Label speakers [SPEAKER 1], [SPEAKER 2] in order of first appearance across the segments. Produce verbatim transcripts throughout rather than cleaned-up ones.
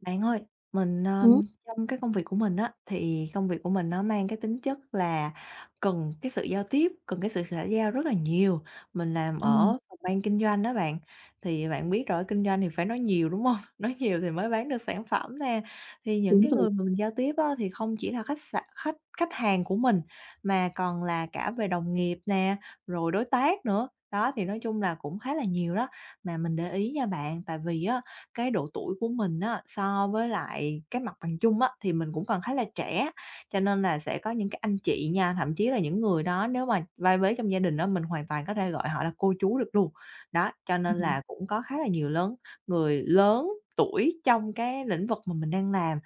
[SPEAKER 1] Bạn ơi, mình, ờm,
[SPEAKER 2] Ừm,
[SPEAKER 1] trong cái công việc của mình á, thì công việc của mình nó mang cái tính chất là cần cái sự giao tiếp, cần cái sự xã giao rất là nhiều. Mình làm
[SPEAKER 2] à,
[SPEAKER 1] ở phòng ban kinh doanh đó bạn, thì bạn biết rồi kinh doanh thì phải nói nhiều, đúng không? Nói nhiều thì mới bán được sản phẩm nè. Thì những
[SPEAKER 2] đúng
[SPEAKER 1] cái
[SPEAKER 2] rồi.
[SPEAKER 1] người mà mình giao tiếp á, thì không chỉ là khách sạn khách khách hàng của mình, mà còn là cả về đồng nghiệp nè, rồi đối tác nữa. Đó, thì nói chung là cũng khá là nhiều đó. Mà mình để ý nha bạn, tại vì á, cái độ tuổi của mình á, so với lại cái mặt bằng chung á, thì mình cũng còn khá là trẻ, cho nên là sẽ có những cái anh chị nha, thậm chí là những người đó nếu mà vai vế trong gia đình á, mình hoàn toàn có thể gọi họ là cô chú được luôn. Đó, cho nên
[SPEAKER 2] Ừm,
[SPEAKER 1] là cũng có khá là nhiều lớn người lớn tuổi trong cái lĩnh vực mà mình đang làm.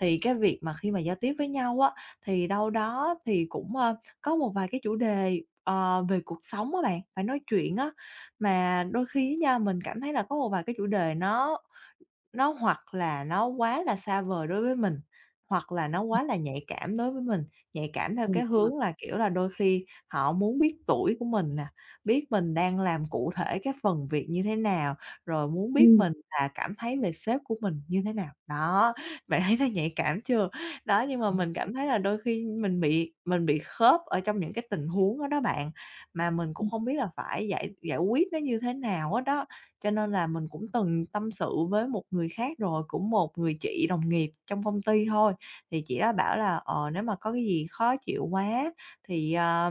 [SPEAKER 1] Thì cái việc mà khi mà giao tiếp với nhau á, thì đâu đó thì cũng, ơ, có một vài cái chủ đề, ờ, về cuộc sống á bạn, phải nói chuyện á. Mà đôi khi nha, mình cảm thấy là có một vài cái chủ đề nó nó hoặc là nó quá là xa vời đối với mình, hoặc là nó quá là nhạy cảm đối với mình, nhạy cảm theo
[SPEAKER 2] ờ,
[SPEAKER 1] cái
[SPEAKER 2] ờ,
[SPEAKER 1] hướng là, kiểu là, đôi khi họ muốn biết tuổi của mình nè, biết mình đang làm cụ thể cái phần việc như thế nào, rồi muốn biết mình là cảm thấy về sếp của mình như thế nào. Đó, bạn thấy nó nhạy cảm chưa? Đó, nhưng mà mình cảm thấy là đôi khi mình bị mình bị khớp ở trong những cái tình huống đó đó bạn, mà mình cũng
[SPEAKER 2] ừm.
[SPEAKER 1] không biết là phải giải giải quyết nó như thế nào hết đó. Cho nên là mình cũng từng tâm sự với một người khác rồi, cũng một người chị đồng nghiệp trong công ty thôi, thì chị đó bảo là, ờ, nếu mà có cái gì khó chịu quá thì, ờ,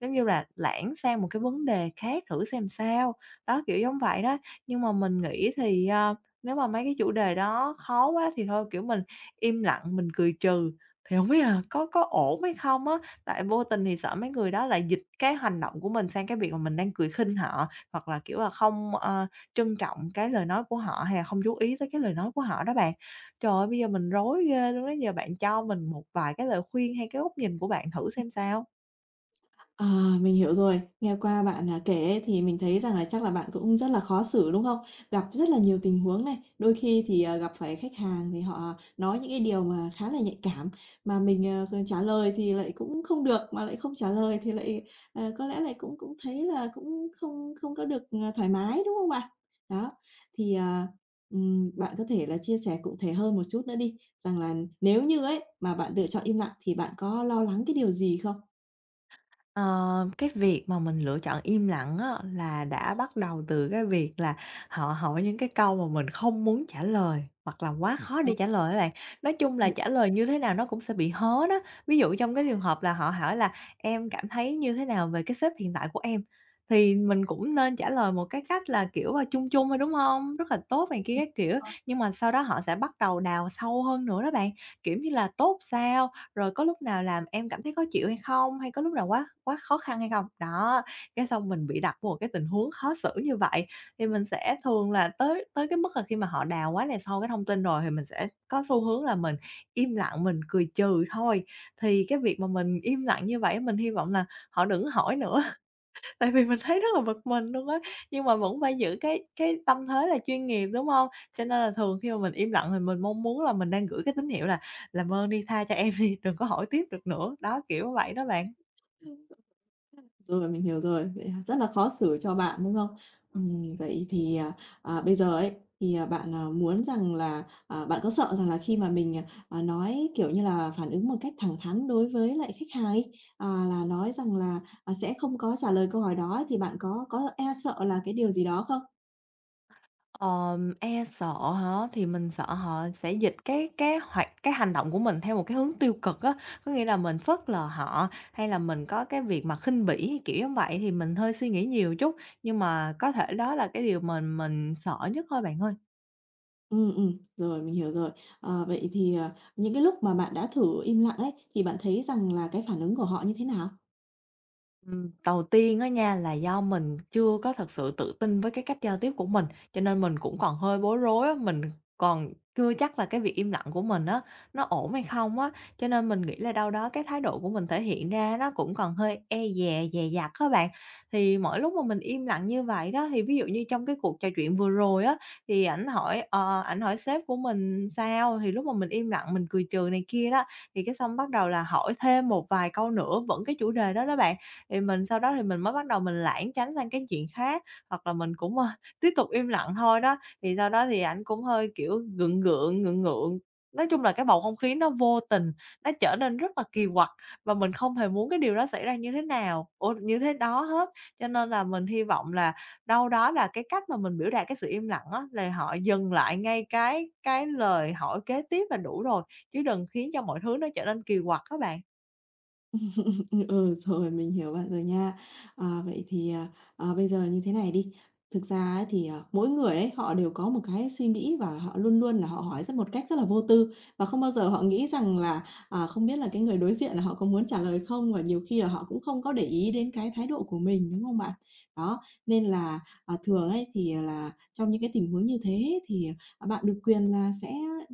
[SPEAKER 1] giống như là, lãng sang một cái vấn đề khác thử xem sao. Đó, kiểu giống vậy đó. Nhưng mà mình nghĩ thì, ờ, nếu mà mấy cái chủ đề đó khó quá thì thôi, kiểu, mình im lặng mình cười trừ, thì không biết là có có ổn hay không á? Tại vô tình thì sợ mấy người đó lại dịch cái hành động của mình sang cái việc mà mình đang cười khinh họ, hoặc là, kiểu là, không, ờ trân trọng cái lời nói của họ hay là không chú ý tới cái lời nói của họ đó bạn. Trời ơi, bây giờ mình rối ghê luôn đó, giờ bạn cho mình một vài cái lời khuyên hay cái góc nhìn của bạn thử xem sao.
[SPEAKER 2] À, mình hiểu rồi. Nghe qua bạn, à, kể ấy thì mình thấy rằng là chắc là bạn cũng rất là khó xử, đúng không? Gặp rất là nhiều tình huống này, đôi khi thì, ờ, gặp phải khách hàng thì họ nói những cái điều mà khá là nhạy cảm, mà mình, ờ, c trả lời thì lại cũng không được, mà lại không trả lời thì lại, ờ, có lẽ lại cũng cũng thấy là cũng không không có được, ờ, thoải mái, đúng không bạn? Đó, thì, à, ừm, bạn có thể là chia sẻ cụ thể hơn một chút nữa đi, rằng là nếu như ấy, mà bạn lựa chọn im lặng thì bạn có lo lắng cái điều gì không?
[SPEAKER 1] Ờ, cái việc mà mình lựa chọn im lặng á, là đã bắt đầu từ cái việc là họ hỏi những cái câu mà mình không muốn trả lời hoặc là quá Ừm. khó để trả lời các bạn. Nói chung là trả lời như thế nào nó cũng sẽ bị hớ đó. Ví dụ trong cái trường hợp là họ hỏi là "Em cảm thấy như thế nào về cái sếp hiện tại của em?" Thì mình cũng nên trả lời một cái cách là, kiểu, là chung chung thôi, đúng không? Rất là tốt này kia các kiểu, nhưng mà sau đó họ sẽ bắt đầu đào sâu hơn nữa đó bạn, kiểu như là "Tốt sao? Rồi có lúc nào làm em cảm thấy khó chịu hay không? Hay có lúc nào quá quá khó khăn hay không?" Đó, cái xong mình bị đặt vào một cái tình huống khó xử như vậy, thì mình sẽ thường là tới tới cái mức là khi mà họ đào quá là sâu cái thông tin rồi thì mình sẽ có xu hướng là mình im lặng, mình cười trừ thôi. Thì cái việc mà mình im lặng như vậy mình hy vọng là họ đừng hỏi nữa. Tại vì mình thấy rất là bực mình luôn á, nhưng mà vẫn phải giữ cái cái tâm thế là chuyên nghiệp, đúng hông? Cho nên là thường khi mà mình im lặng thì mình mong muốn là mình đang gửi cái tín hiệu là "Làm ơn đi tha cho em đi, đừng có hỏi tiếp được nữa." Đó, kiểu vậy đó bạn.
[SPEAKER 2] Đó. Rồi, mình hiểu rồi, vậy là rất là khó xử cho bạn, đúng không? Ừm, vậy thì, à, à, bây giờ ấy, thì, à, bạn, à, muốn rằng là, à, bạn có sợ rằng là khi mà mình, à, à, nói, kiểu như là, phản ứng một cách thẳng thắn đối với lại khách hàng ấy, à, là nói rằng là, à, sẽ không có trả lời câu hỏi đó thì bạn có có e sợ là cái điều gì đó không?
[SPEAKER 1] Ờm, e sợ hả? Thì mình sợ họ sẽ dịch cái cái hoạt cái hành động của mình theo một cái hướng tiêu cực á, có nghĩa là mình phớt lờ họ, hay là mình có cái việc mà khinh bỉ, hay kiểu giống vậy thì mình hơi suy nghĩ nhiều chút, nhưng mà có thể đó là cái điều mình mình sợ nhất thôi bạn ơi.
[SPEAKER 2] Ừm, ừm, rồi, mình hiểu rồi. Ờ, vậy thì, à, những cái lúc mà bạn đã thử im lặng ấy, thì bạn thấy rằng là cái phản ứng của họ như thế nào?
[SPEAKER 1] Ừm, đầu tiên á nha là do mình chưa có thật sự tự tin với cái cách giao tiếp của mình, cho nên mình cũng còn hơi bối rối á, mình còn chưa chắc là cái việc im lặng của mình á, nó ổn hay không á. Cho nên mình nghĩ là đâu đó cái thái độ của mình thể hiện ra nó cũng còn hơi e dè, dè dặt các bạn. Thì mỗi lúc mà mình im lặng như vậy đó, thì ví dụ như trong cái cuộc trò chuyện vừa rồi á, thì ảnh hỏi, ờ, ảnh hỏi sếp của mình sao, thì lúc mà mình im lặng mình cười trừ này kia đó, thì cái xong bắt đầu là hỏi thêm một vài câu nữa vẫn cái chủ đề đó đó bạn. Thì mình sau đó thì mình mới bắt đầu mình lảng tránh sang cái chuyện khác, hoặc là mình cũng, ơ, tiếp tục im lặng thôi đó. Thì sau đó thì ảnh cũng hơi, kiểu, gượng gượng, ngượng ngượng. Nói chung là cái bầu không khí nó vô tình, nó trở nên rất là kỳ quặc và mình không hề muốn cái điều đó xảy ra như thế nào ủa, như thế đó hết. Cho nên là mình hy vọng là đâu đó là cái cách mà mình biểu đạt cái sự im lặng á, là họ dừng lại ngay cái cái lời hỏi kế tiếp là đủ rồi, chứ đừng khiến cho mọi thứ nó trở nên kỳ quặc các bạn.
[SPEAKER 2] Ừ, rồi mình hiểu bạn rồi nha. À, vậy thì, à, à, bây giờ như thế này đi, thực ra ấy thì, à, mỗi người ấy, họ đều có một cái suy nghĩ và họ luôn luôn là họ hỏi rất một cách rất là vô tư và không bao giờ họ nghĩ rằng là, à, không biết là cái người đối diện là họ có muốn trả lời không và nhiều khi là họ cũng không có để ý đến cái thái độ của mình, đúng không bạn? Đó, nên là, à, thường ấy thì là trong những cái tình huống như thế thì, à, bạn được quyền là sẽ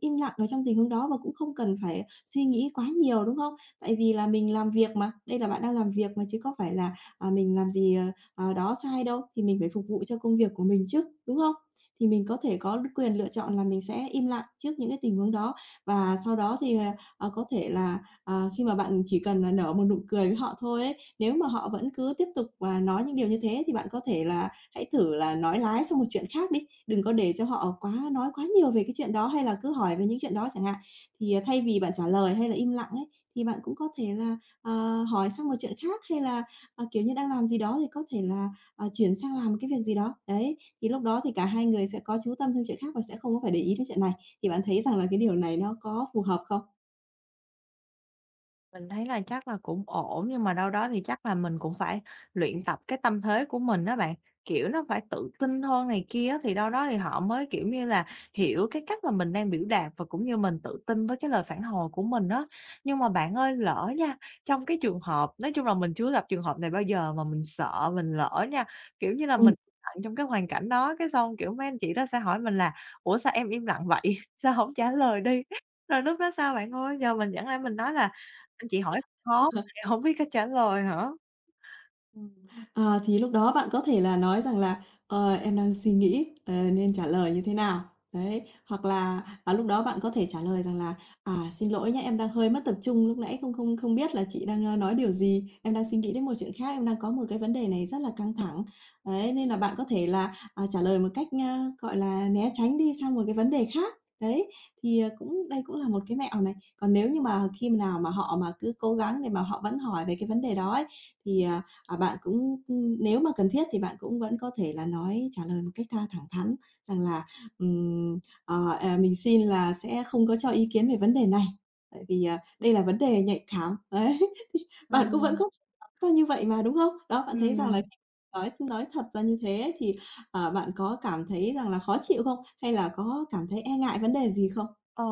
[SPEAKER 2] im lặng ở trong tình huống đó và cũng không cần phải suy nghĩ quá nhiều, đúng không? Tại vì là mình làm việc mà, đây là bạn đang làm việc mà, chứ có phải là, à, mình làm gì, ờ, ờ, đó sai đâu, thì mình phải phục vụ cho công việc của mình chứ, đúng không? Thì mình có thể có quyền lựa chọn là mình sẽ im lặng trước những cái tình huống đó và sau đó thì, ờ, ờ, có thể là, ờ, khi mà bạn chỉ cần là nở một nụ cười với họ thôi ấy, nếu mà họ vẫn cứ tiếp tục, và nói những điều như thế thì bạn có thể là hãy thử là nói lái sang một chuyện khác đi, đừng có để cho họ quá nói quá nhiều về cái chuyện đó hay là cứ hỏi về những chuyện đó chẳng hạn. Thì, à, thay vì bạn trả lời hay là im lặng ấy, thì bạn cũng có thể là, ờ, hỏi sang một chuyện khác hay là, ờ, kiểu như, đang làm gì đó thì có thể là, ờ, chuyển sang làm một cái việc gì đó. Đấy, thì lúc đó thì cả hai người sẽ có chú tâm sang chuyện khác và sẽ không có phải để ý đến chuyện này. Thì bạn thấy rằng là cái điều này nó có phù hợp không?
[SPEAKER 1] Mình thấy là chắc là cũng ổn, nhưng mà đâu đó thì chắc là mình cũng phải luyện tập cái tâm thế của mình đó bạn, kiểu, nó phải tự tin hơn này kia á, thì đâu đó thì họ mới, kiểu như là, hiểu cái cách mà mình đang biểu đạt và cũng như mình tự tin với cái lời phản hồi của mình đó. Nhưng mà bạn ơi, lỡ nha, trong cái trường hợp nói chung là mình chưa gặp trường hợp này bao giờ mà mình sợ mình lỡ nha, kiểu như là, mình
[SPEAKER 2] Ừm.
[SPEAKER 1] lặng trong cái hoàn cảnh đó, cái xong, kiểu, mấy anh chị đó sẽ hỏi mình là "Ủa, sao em im lặng vậy? Sao không trả lời đi?" Rồi lúc đó sao bạn ơi? Giờ mình chẳng lẽ mình nói là anh chị hỏi khó mà hổng biết cách trả lời hả?
[SPEAKER 2] Ờ, thì lúc đó bạn có thể là nói rằng là "Ờ, em đang suy nghĩ, ờ, nên trả lời như thế nào?" Đấy, hoặc là, à, lúc đó bạn có thể trả lời rằng là "À, xin lỗi nhé, em đang hơi mất tập trung lúc nãy không không không biết là chị đang, ơ, nói điều gì, em đang suy nghĩ đến một chuyện khác, em đang có một cái vấn đề này rất là căng thẳng." Đấy, nên là bạn có thể là, à, trả lời một cách, a, gọi là, né tránh đi sang một cái vấn đề khác. Đấy, thì, ờ, cũng đây cũng là một cái mẹo này. Còn nếu như mà khi nào mà họ mà cứ cố gắng để mà họ vẫn hỏi về cái vấn đề đó ấy, thì, ờ, À, bạn cũng, ừ, nếu mà cần thiết thì bạn cũng vẫn có thể là nói trả lời một cách tha thẳng thắn rằng là, ừm, ờ, à, "Mình xin là sẽ không có cho ý kiến về vấn đề này, tại vì, à, đây là vấn đề nhạy cảm." Đấy, bạn cũng vẫn
[SPEAKER 1] Ừm,
[SPEAKER 2] có ra như vậy mà, đúng không? Đó, bạn thấy rằng
[SPEAKER 1] ừm.
[SPEAKER 2] là khi nói nói thật ra như thế ấy thì, ờ, bạn có cảm thấy rằng là khó chịu không? Hay là có cảm thấy e ngại vấn đề gì không?
[SPEAKER 1] Ờ,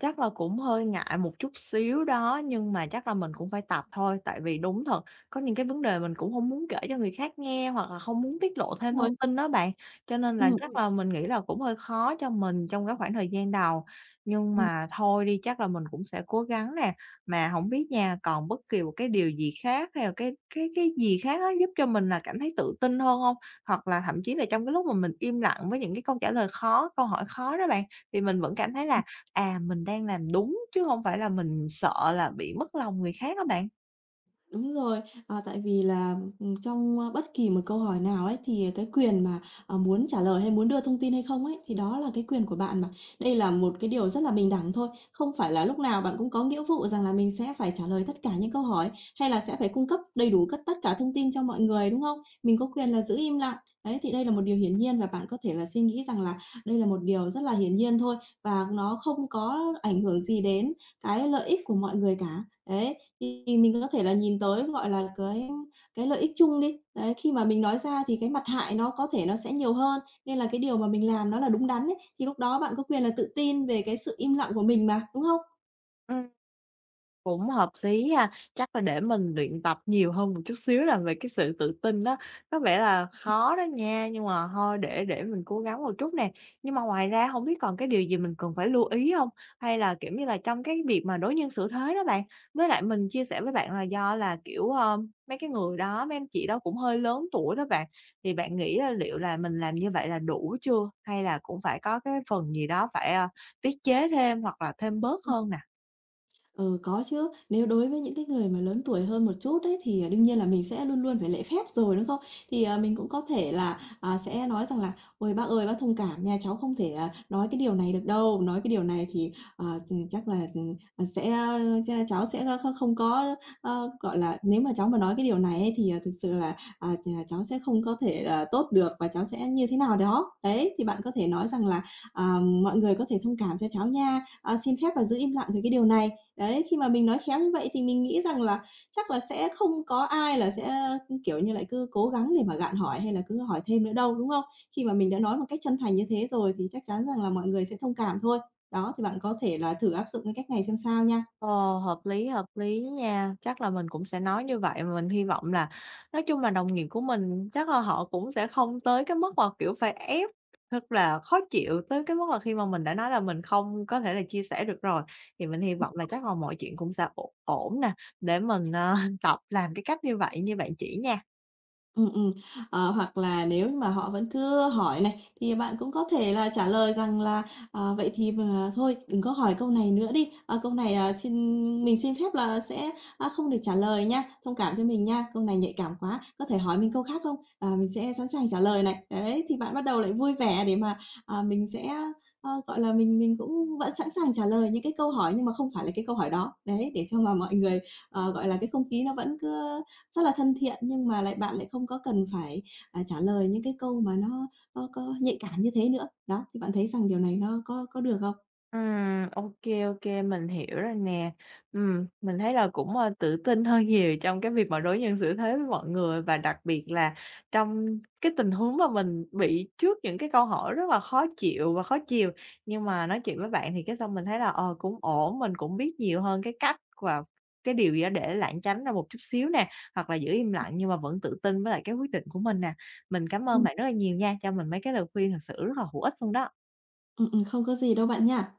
[SPEAKER 1] chắc là cũng hơi ngại một chút xíu đó, nhưng mà chắc là mình cũng phải tập thôi, tại vì đúng thật, có những cái vấn đề mình cũng không muốn kể cho người khác nghe hoặc là không muốn tiết lộ thêm
[SPEAKER 2] Đúng rồi.
[SPEAKER 1] thông tin đó bạn, cho nên
[SPEAKER 2] Ừm,
[SPEAKER 1] là chắc
[SPEAKER 2] ừm.
[SPEAKER 1] là mình nghĩ là cũng hơi khó cho mình trong cái khoảng thời gian đầu. Nhưng mà thôi đi, chắc là mình cũng sẽ cố gắng nè, mà không biết nha, còn bất kỳ một cái điều gì khác hay là cái cái cái gì khác á, giúp cho mình là cảm thấy tự tin hơn không? Hoặc là thậm chí là trong cái lúc mà mình im lặng với những cái câu trả lời khó, câu hỏi khó đó bạn, thì mình vẫn cảm thấy là À, mình đang làm đúng chứ không phải là mình sợ là bị mất lòng người khác á bạn.
[SPEAKER 2] Đúng rồi, à, tại vì là, ừm, trong, a, bất kỳ một câu hỏi nào ấy, thì cái quyền mà, à, muốn trả lời hay muốn đưa thông tin hay không ấy, thì đó là cái quyền của bạn mà. Đây là một cái điều rất là bình đẳng thôi, không phải là lúc nào bạn cũng có nghĩa vụ rằng là mình sẽ phải trả lời tất cả những câu hỏi, hay là sẽ phải cung cấp đầy đủ cất tất cả thông tin cho mọi người, đúng không? Mình có quyền là giữ im lặng. Đấy, thì đây là một điều hiển nhiên và bạn có thể là suy nghĩ rằng là đây là một điều rất là hiển nhiên thôi và nó không có ảnh hưởng gì đến cái lợi ích của mọi người cả. Đấy, thì mình có thể là nhìn tới, gọi là, cái cái lợi ích chung đi. Đấy, khi mà mình nói ra thì cái mặt hại nó có thể nó sẽ nhiều hơn, nên là cái điều mà mình làm nó là đúng đắn ấy, thì lúc đó bạn có quyền là tự tin về cái sự im lặng của mình mà, đúng không?
[SPEAKER 1] Ừm. Cũng hợp lý ha, chắc là để mình luyện tập nhiều hơn một chút xíu là về cái sự tự tin đó, có vẻ là khó đó nha, nhưng mà thôi để để mình cố gắng một chút nè. Nhưng mà ngoài ra không biết còn cái điều gì mình cần phải lưu ý không? Hay là, kiểu như là, trong cái việc mà đối nhân xử thế đó bạn, với lại mình chia sẻ với bạn là do là, kiểu, ờ, mấy cái người đó, mấy anh chị đó cũng hơi lớn tuổi đó bạn, thì bạn nghĩ là liệu là mình làm như vậy là đủ chưa? Hay là cũng phải có cái phần gì đó phải, a, tiết chế thêm hoặc là thêm bớt hơn nè?
[SPEAKER 2] Ừ, có chứ. Nếu đối với những cái người mà lớn tuổi hơn một chút ấy, thì, à, đương nhiên là mình sẽ luôn luôn phải lễ phép rồi, đúng không? Thì, à, mình cũng có thể là, à, sẽ nói rằng là "Ôi, bác ơi, bác thông cảm nha, cháu không thể, à, nói cái điều này được đâu. Nói cái điều này thì, ờ, ch chắc là, ừm, ờ, sẽ, a, ch cháu sẽ kh không có, ơ, gọi là, nếu mà cháu mà nói cái điều này ấy thì, à, thực sự là, à, ch cháu sẽ không có thể, à, tốt được và cháu sẽ như thế nào đó." Đấy, thì bạn có thể nói rằng là, à, "Mọi người có thể thông cảm cho cháu nha, à, xin phép và giữ im lặng về cái điều này." Đấy, khi mà mình nói khéo như vậy thì mình nghĩ rằng là chắc là sẽ không có ai là sẽ, ừ, kiểu như, lại cứ cố gắng để mà gạn hỏi hay là cứ hỏi thêm nữa đâu, đúng không? Khi mà mình đã nói một cách chân thành như thế rồi thì chắc chắn rằng là mọi người sẽ thông cảm thôi. Đó, thì bạn có thể là thử áp dụng cái cách này xem sao nha.
[SPEAKER 1] Ồ hợp lý, hợp lý nha. Chắc là mình cũng sẽ nói như vậy, mà mình hy vọng là nói chung là đồng nghiệp của mình chắc là họ cũng sẽ không tới cái mức mà, kiểu, phải ép, thật là khó chịu tới cái mức mà khi mà mình đã nói là mình không có thể là chia sẻ được rồi. Thì mình hy vọng là chắc là mọi chuyện cũng sẽ ổn ổn nè, để mình, ờ, tập làm cái cách như vậy như bạn chỉ nha.
[SPEAKER 2] Ừm, ừm. Ờ, hoặc là nếu mà họ vẫn cứ hỏi này, thì bạn cũng có thể là trả lời rằng là "Ờ, vậy thì mà thôi đừng có hỏi câu này nữa đi, ờ, câu này, ờ, xin mình xin phép là sẽ, a, không được trả lời nha, thông cảm cho mình nha, câu này nhạy cảm quá, có thể hỏi mình câu khác không? Ờ, mình sẽ sẵn sàng trả lời này." Đấy, thì bạn bắt đầu lại vui vẻ để mà, à, mình sẽ, ơ, gọi là, mình mình cũng vẫn sẵn sàng trả lời những cái câu hỏi nhưng mà không phải là cái câu hỏi đó. Đấy, để cho mà mọi người, ờ, gọi là, cái không khí nó vẫn cứ rất là thân thiện nhưng mà lại bạn lại không có cần phải, à, trả lời những cái câu mà nó nó có nhạy cảm như thế nữa. Đó, thì bạn thấy rằng điều này nó có có được không?
[SPEAKER 1] Ừm, ok ok mình hiểu rồi nè. Ừm, mình thấy là cũng, ơ, tự tin hơn nhiều trong cái việc mà đối nhân xử thế với mọi người và đặc biệt là trong cái tình huống mà mình bị trước những cái câu hỏi rất là khó chịu và khó chiều. Nhưng mà nói chuyện với bạn thì cái xong mình thấy là, ờ, cũng ổn, mình cũng biết nhiều hơn cái cách và cái điều gì đó để lảng tránh ra một chút xíu nè, hoặc là giữ im lặng nhưng mà vẫn tự tin với lại cái quyết định của mình nè. Mình cảm ơn
[SPEAKER 2] Ừm.
[SPEAKER 1] bạn rất là nhiều nha, cho mình mấy cái lời khuyên thật sự rất là hữu ích luôn đó.
[SPEAKER 2] Ừm, ừm, không có gì đâu bạn nha.